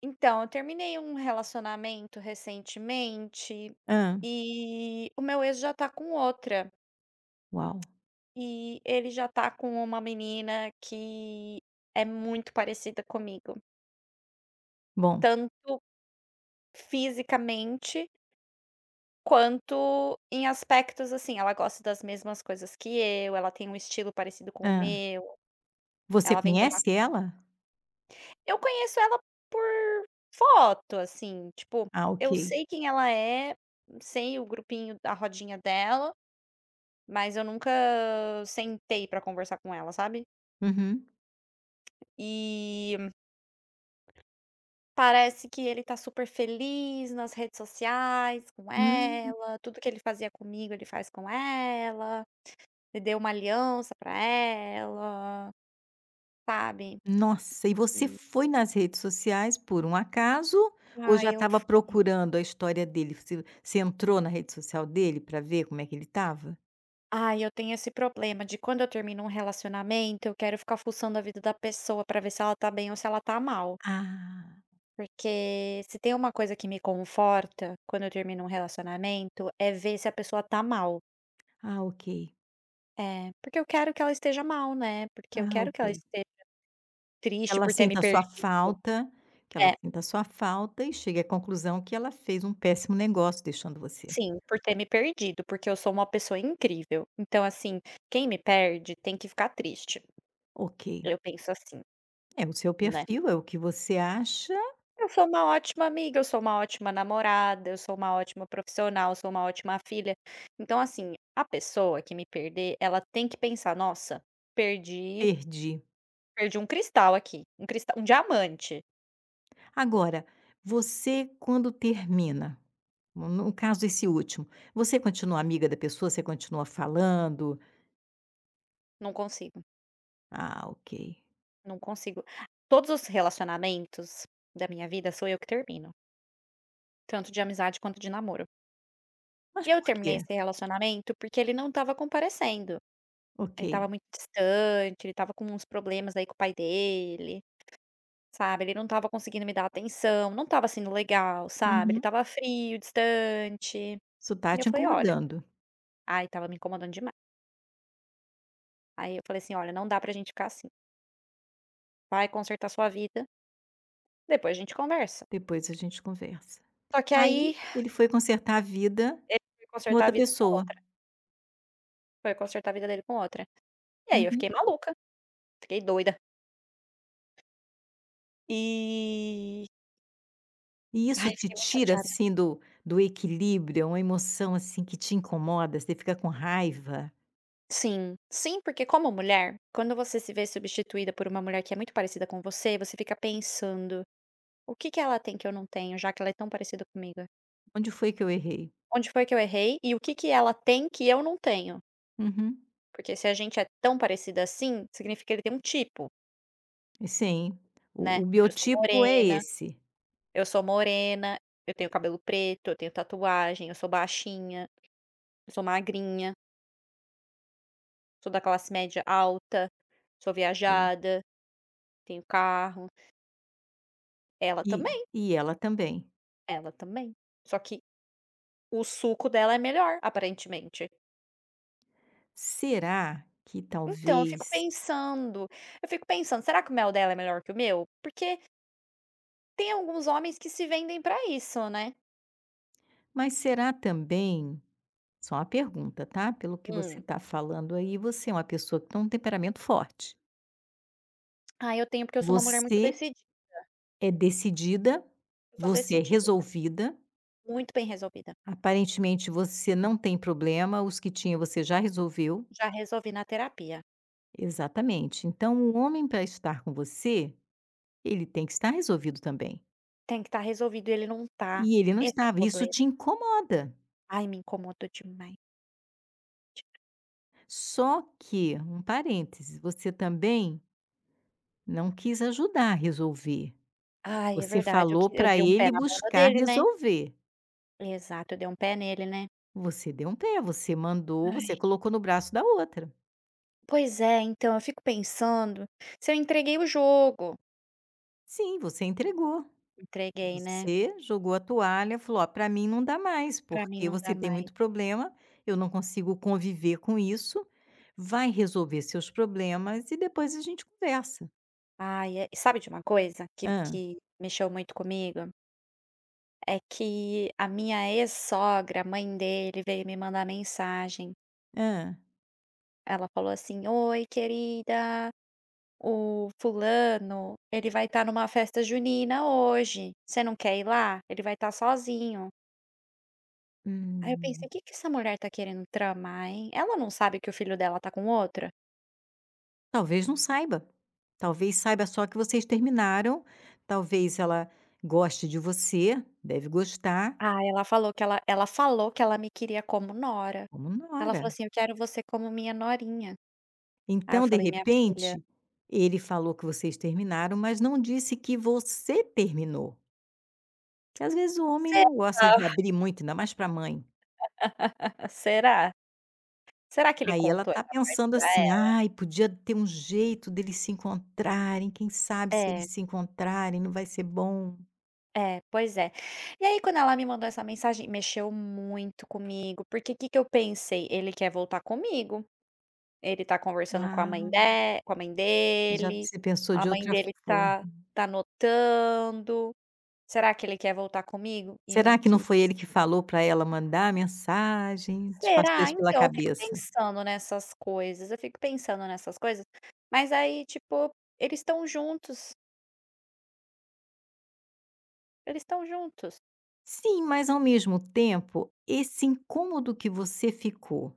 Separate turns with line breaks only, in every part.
Então, eu terminei um relacionamento recentemente
Hã.
e o meu ex já tá com outra.
Uau!
E ele já tá com uma menina que é muito parecida comigo,
Bom.
tanto fisicamente quanto em aspectos assim. Ela gosta das mesmas coisas que eu, ela tem um estilo parecido com o
Hã.
meu,
Você
ela vem de uma.
conhece ela?
Eu conheço ela por foto, assim, tipo,
Ah,
eu
ok.
sei quem ela é, sei o grupinho, a rodinha dela. Mas eu nunca sentei pra conversar com ela, sabe.
Uhum.
E parece que ele tá super feliz nas redes sociais com
Hum.
ela, tudo que ele fazia comigo ele faz com ela, ele deu uma aliança pra ela, sabe.
Nossa, e você
E
foi nas redes sociais por um acaso ou já
ai, eu
estava
fui
procurando a história dele? Você entrou na rede social dele pra ver como é que ele estava?
ai, eu tenho esse problema de quando eu termino um relacionamento, eu quero ficar fuçando a vida da pessoa pra ver se ela tá bem ou se ela tá mal.
Ah.
Porque se tem uma coisa que me conforta quando eu termino um relacionamento, é ver se a pessoa tá mal.
Ah, ok.
É, porque eu quero que ela esteja mal, né, porque eu
Ah,
quero
ok.
que ela esteja triste
Ela
por ter me
sinta a sua
perdido.
falta, que ela
É,
sinta a sua falta e chegue à conclusão que ela fez um péssimo negócio deixando você.
sim, por ter me perdido, porque eu sou uma pessoa incrível. Então, assim, quem me perde tem que ficar triste.
Ok.
Eu penso assim,
É o seu
né.
perfil, é o que você acha.
Eu sou uma ótima amiga, eu sou uma ótima namorada, eu sou uma ótima profissional, eu sou uma ótima filha. Então, assim, a pessoa que me perder, ela tem que pensar: "Nossa, perdi
Perdi.
perdi um cristal aqui, um cristal um diamante".
Agora, você quando termina, no caso esse último, você continua amiga da pessoa? Você continua falando?
Não consigo,
"Ah, ok".
não consigo. Todos os relacionamentos da minha vida sou eu que termino, tanto de amizade quanto de namoro.
Mas
E eu
por
terminei
quê?
esse relacionamento porque ele não estava comparecendo,
"Ok".
ele estava muito distante, ele estava com uns problemas aí com o pai dele. Sabe, ele não estava conseguindo me dar atenção, não estava sendo legal, sabe, ele
Uhum.
estava frio, distante.
Isso tá
E eu
te
falei: "Olha",
incomodando.
ai, estava me incomodando demais. Aí eu falei assim: "Olha, não dá pra gente ficar assim. Vai consertar sua vida, depois a gente conversa".
Depois a gente conversa.
Só que
Aí,
aí
ele foi consertar a vida
ele foi
com
consertar a
outra
vida com
pessoa.
outra, foi consertar a vida dele com outra. E aí eu fiquei
Uhum.
maluca, fiquei doida. E
E isso
ai,
te
fiquei muito
tira,
chateada.
assim, do do equilíbrio? É uma emoção, assim, que te incomoda? Você fica com raiva?
Sim, sim, porque como mulher, quando você se vê substituída por uma mulher que é muito parecida com você, você fica pensando: o que que ela tem que eu não tenho, já que ela é tão parecida comigo?
Onde foi que eu errei?
Onde foi que eu errei e o que que ela tem que eu não tenho?
Uhum.
Porque se a gente é tão parecida assim, significa que ele tem um tipo,
Sim, o
né.
o
Eu sou
biotipo é
morena,
esse.
eu sou morena, eu tenho cabelo preto, eu tenho tatuagem, eu sou baixinha, eu sou magrinha, sou da classe média alta, sou
E
viajada, tenho carro. Ela
e
também,
e ela também.
ela também. Só que o suco dela é melhor, aparentemente.
Será que
Então, eu fico
talvez,
pensando eu fico pensando: "Será que o mel dela é melhor que o meu?" Porque tem alguns homens que se vendem pra isso, né.
mas será também, só uma pergunta, tá, pelo que você
Hum.
está falando aí, você é uma pessoa que tem um temperamento forte.
Ah, eu tenho porque eu sou uma mulher muito
Você
decidida,
é decidida,
eu sou
você é
decidida,
resolvida,
muito bem resolvida.
aparentemente você não tem problema, os que tinha você já resolveu.
Já resolvi na terapia.
Exatamente, então o homem para estar com você, ele tem que estar resolvido também.
Tem que estar resolvido e ele não tá.
E ele não
Esse é o
estava, e isso
problema.
te incomoda.
Ai, me incomodou demais.
Só que, um parênteses, você também não quis ajudar a resolver.
Ai, é
Você
verdade, eu que
falou
eu
para
dei um pé
ele
na bunda
buscar
dele, né.
resolver.
Exato, eu dei um pé nele, né.
Você deu um pé, você mandou,
Ai.
você colocou no braço da outra.
Pois é, então eu fico pensando se eu entreguei o jogo.
Sim, você entregou.
Entreguei, né.
Você jogou a toalha, falou: "Ó, para mim não dá mais,
Pra mim
porque
não dá
você tem
mais.
muito problema, eu não consigo conviver com isso. Vai resolver seus problemas e depois a gente conversa".
Ai, é, e sabe de uma coisa que
Ah,
que mexeu muito comigo? É que a minha ex-sogra, a mãe dele, veio me mandar mensagem.
ah.
Ela falou assim: "Oi, querida, o fulano, ele vai estar numa festa junina hoje. Você não quer ir lá? Ele vai estar sozinho". Aí eu pensei:
Hum.
o "Que que essa mulher tá querendo tramar, hein? Ela não sabe que o filho dela tá com outra?".
Talvez não saiba. Talvez saiba só que vocês terminaram, talvez ela goste de você, deve gostar,
Ah, ela falou que ela me queria como nora.
como
Ela falou
nora.
assim: "Eu quero você como minha norinha". Aí eu
Então, de
falei: "Minha filha,
repente, ele falou que vocês terminaram, mas não disse que você terminou. Que às vezes o homem não gosta
será?
de abrir muito, ainda mais para mãe.
Será? Será que ele
Aí ela
contou
tá
essa parte
pensando
pra
assim:
ela?"
"Ai, podia ter um jeito deles se encontrarem, quem sabe se
É,
eles se encontrarem não vai ser bom".
é, pois é. E aí quando ela me mandou essa mensagem, mexeu muito comigo, porque o que que eu pensei? Ele quer voltar comigo, ele tá conversando com a mãe
Ah,
de com
já você pensou
a
de
mãe
outra
dele
forma.
tá tá notando. Será que ele quer voltar comigo? E não
Será que não
quis.
foi ele que falou para ela mandar a mensagem? Te passou
Será?
isso pela
Então, eu fico
cabeça?
pensando nessas coisas, eu fico pensando nessas coisas, mas aí, tipo, eles estão juntos. Eles estão juntos.
Sim, mas ao mesmo tempo, esse incômodo que você ficou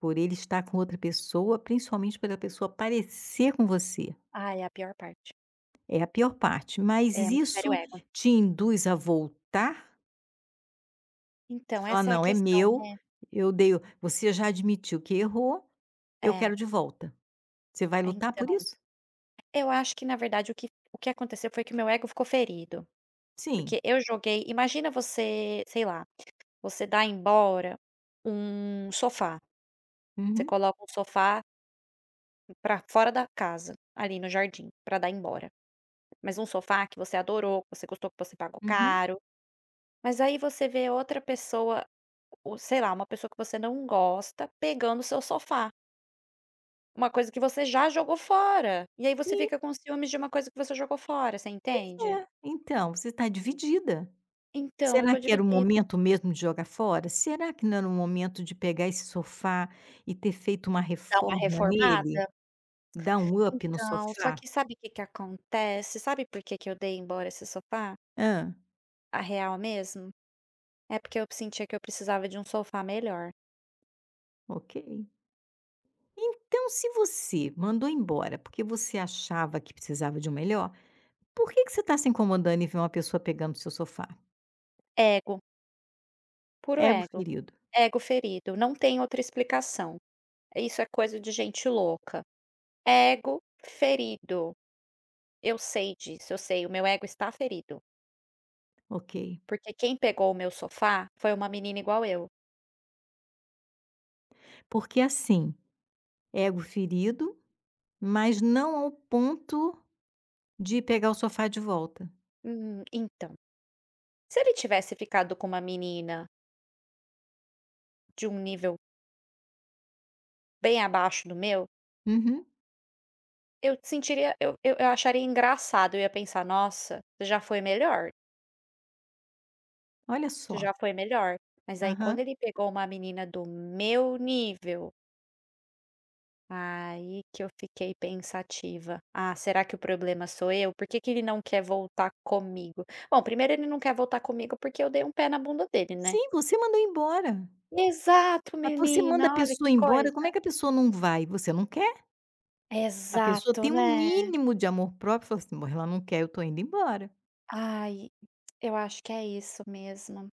por ele estar com outra pessoa, principalmente pela pessoa parecer com você,
Ah, é a pior parte.
é a pior parte, mas
É matar o
isso
ego.
te induz a voltar? Você
Então,
fala:
essa é a
"Não, é
questão,
meu,
né.
eu dei o", você já admitiu que errou, eu
É.
quero de volta. Você vai
É,
lutar por
então,
isso?
eu acho que na verdade o que aconteceu foi que o meu ego ficou ferido,
Sim.
porque eu joguei imagina você, sei lá, você dá embora um sofá, você
Uhum,
coloca um sofá pra fora da casa, ali no jardim, pra dar embora. Mas um sofá que você adorou, que você gostou, que você pagou
uhum.
caro, mas aí você vê outra pessoa, ou sei lá, uma pessoa que você não gosta, pegando o seu sofá. Uma coisa que você já jogou fora, e aí você
Sim,
fica com ciúmes de uma coisa que você jogou fora, você
pois
entende?
é. Então, você está dividida.
Então, eu
Será
tô
que era o
dividida.
momento mesmo de jogar fora? Será que não era o momento de pegar esse sofá e ter feito uma
Dá uma
reforma nele?
reformada?
Dar um up no
Então, só
sofá?
que sabe o que que acontece? Sabe por que que eu dei embora esse sofá?
Hã,
A real mesmo? É porque eu sentia que eu precisava de um sofá melhor.
ok. Então, se você mandou embora porque você achava que precisava de um melhor, por que que você está se incomodando em ver uma pessoa pegando o seu sofá?
Ego, puro
Ego
ego.
ferido,
Ego ferido, não tem outra explicação. Isso é coisa de gente louca. Ego ferido. Eu sei disso, eu sei, o meu ego está ferido.
ok.
Porque quem pegou o meu sofá foi uma menina igual eu.
Porque assim, ego ferido, mas não ao ponto de pegar o sofá de volta.
Então, se ele tivesse ficado com uma menina de um nível bem abaixo do meu,
Uhum,
eu sentiria, eu acharia engraçado, eu ia pensar, nossa, você já foi melhor,
olha
você
só.
já foi melhor. Mas aí quando
Aham.
ele pegou uma menina do meu nível, aí que eu fiquei pensativa. Ah, será que o problema sou eu? Por que, que ele não quer voltar comigo? Bom, primeiro ele não quer voltar comigo porque eu dei um pé na bunda dele, né?
Sim, você mandou embora.
Exato,
Mas você manda a
menina, olha
pessoa
que
embora, como é
coisa.
que a pessoa não vai? Você não quer? A pessoa
Exato,
tem um
né.
mínimo de amor próprio, fala assim: "Bom, ela não quer, eu tô indo embora".
Ai, eu acho que é isso mesmo.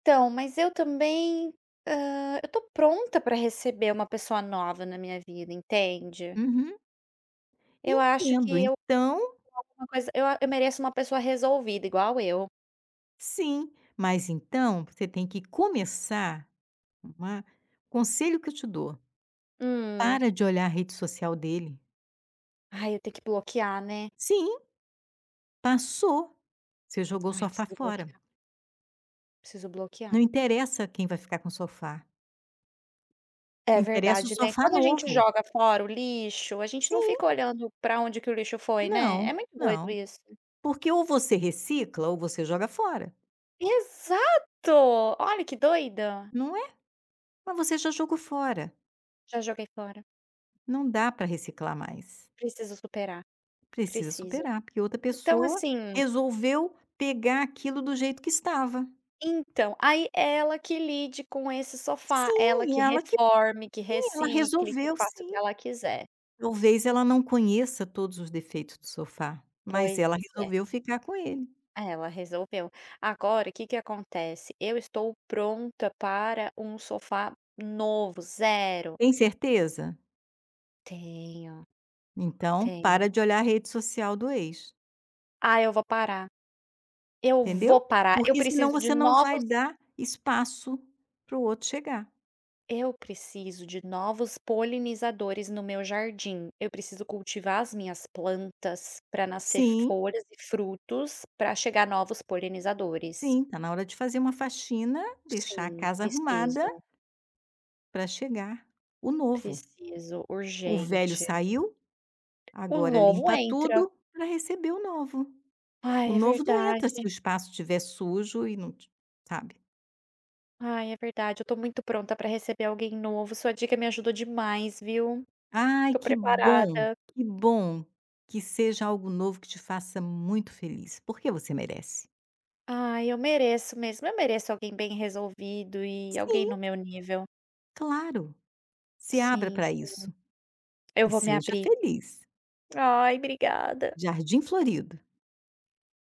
Então, mas eu também, eu tô pronta pra receber uma pessoa nova na minha vida, entende.
Uhum,
Eu acho
entendo.
que eu
Então,
uma coisa eu a eu mereço uma pessoa resolvida igual eu.
sim, mas então você tem que começar uma, conselho que eu te dou:
Hum.
para de olhar a rede social dele.
Ai, eu tenho que bloquear, né.
Sim, passou, você jogou o
Ai,
sofá
preciso
fora.
bloquear, preciso bloquear.
Não interessa quem vai ficar com o sofá,
É
interessa o
verdade, né.
sofá
Quando a gente
novo.
joga fora o lixo, a gente não
Sim,
fica olhando pra onde que o lixo foi, né.
não,
É muito doido
não.
isso.
Porque ou você recicla ou você joga fora,
Exato! Olha que doida.
não é? Mas você já jogou fora,
Já joguei fora.
não dá para reciclar mais.
Preciso superar,
Precisa
preciso.
superar, porque outra
Então
pessoa
assim
resolveu pegar aquilo do jeito que estava.
então, aí ela que lide com esse sofá, ela
Sim,
que
ela que,
reforme, que
sim, ela
recicle, que
resolveu
faça o
sim.
que ela quiser.
Talvez ela não conheça todos os defeitos do sofá, mas
Pois
ela
é,
resolveu ficar com ele.
ela resolveu. Agora o que que acontece, eu estou pronta para um sofá novo, zero.
Tem certeza?
Tenho,
Então
tenho.
para de olhar a rede social do ex,
Ah, eu vou parar, eu vou
entendeu?
parar, eu
Porque senão
preciso de
você não vai
novos.
dar espaço para o outro chegar.
Eu preciso de novos polinizadores no meu jardim. Eu preciso cultivar as minhas plantas para nascer
Sim,
folhas e frutos para chegar novos polinizadores.
sim, tá na hora de fazer uma faxina, deixar a
Sim,
casa arrumada
preciso,
para chegar o novo.
preciso,
O velho
urgente.
saiu,
O
agora
novo
limpa
entra.
tudo para receber o novo.
Ai,
O
é
novo não entra
verdade.
se o espaço estiver sujo e não, sabe?
Ai, é verdade. Eu tô muito pronta para receber alguém novo. Sua dica me ajudou demais, viu?
Ai,
Tô
que bom,
preparada.
que bom que seja algo novo que te faça muito feliz, porque você merece.
Ai, eu mereço mesmo. Eu mereço alguém bem resolvido e alguém
Sim,
no meu nível.
claro. Se abra
Sim,
para
sim.
isso
Eu
e
vou me
seja
abrir.
feliz.
Ai, obrigada.
Jardim Florido.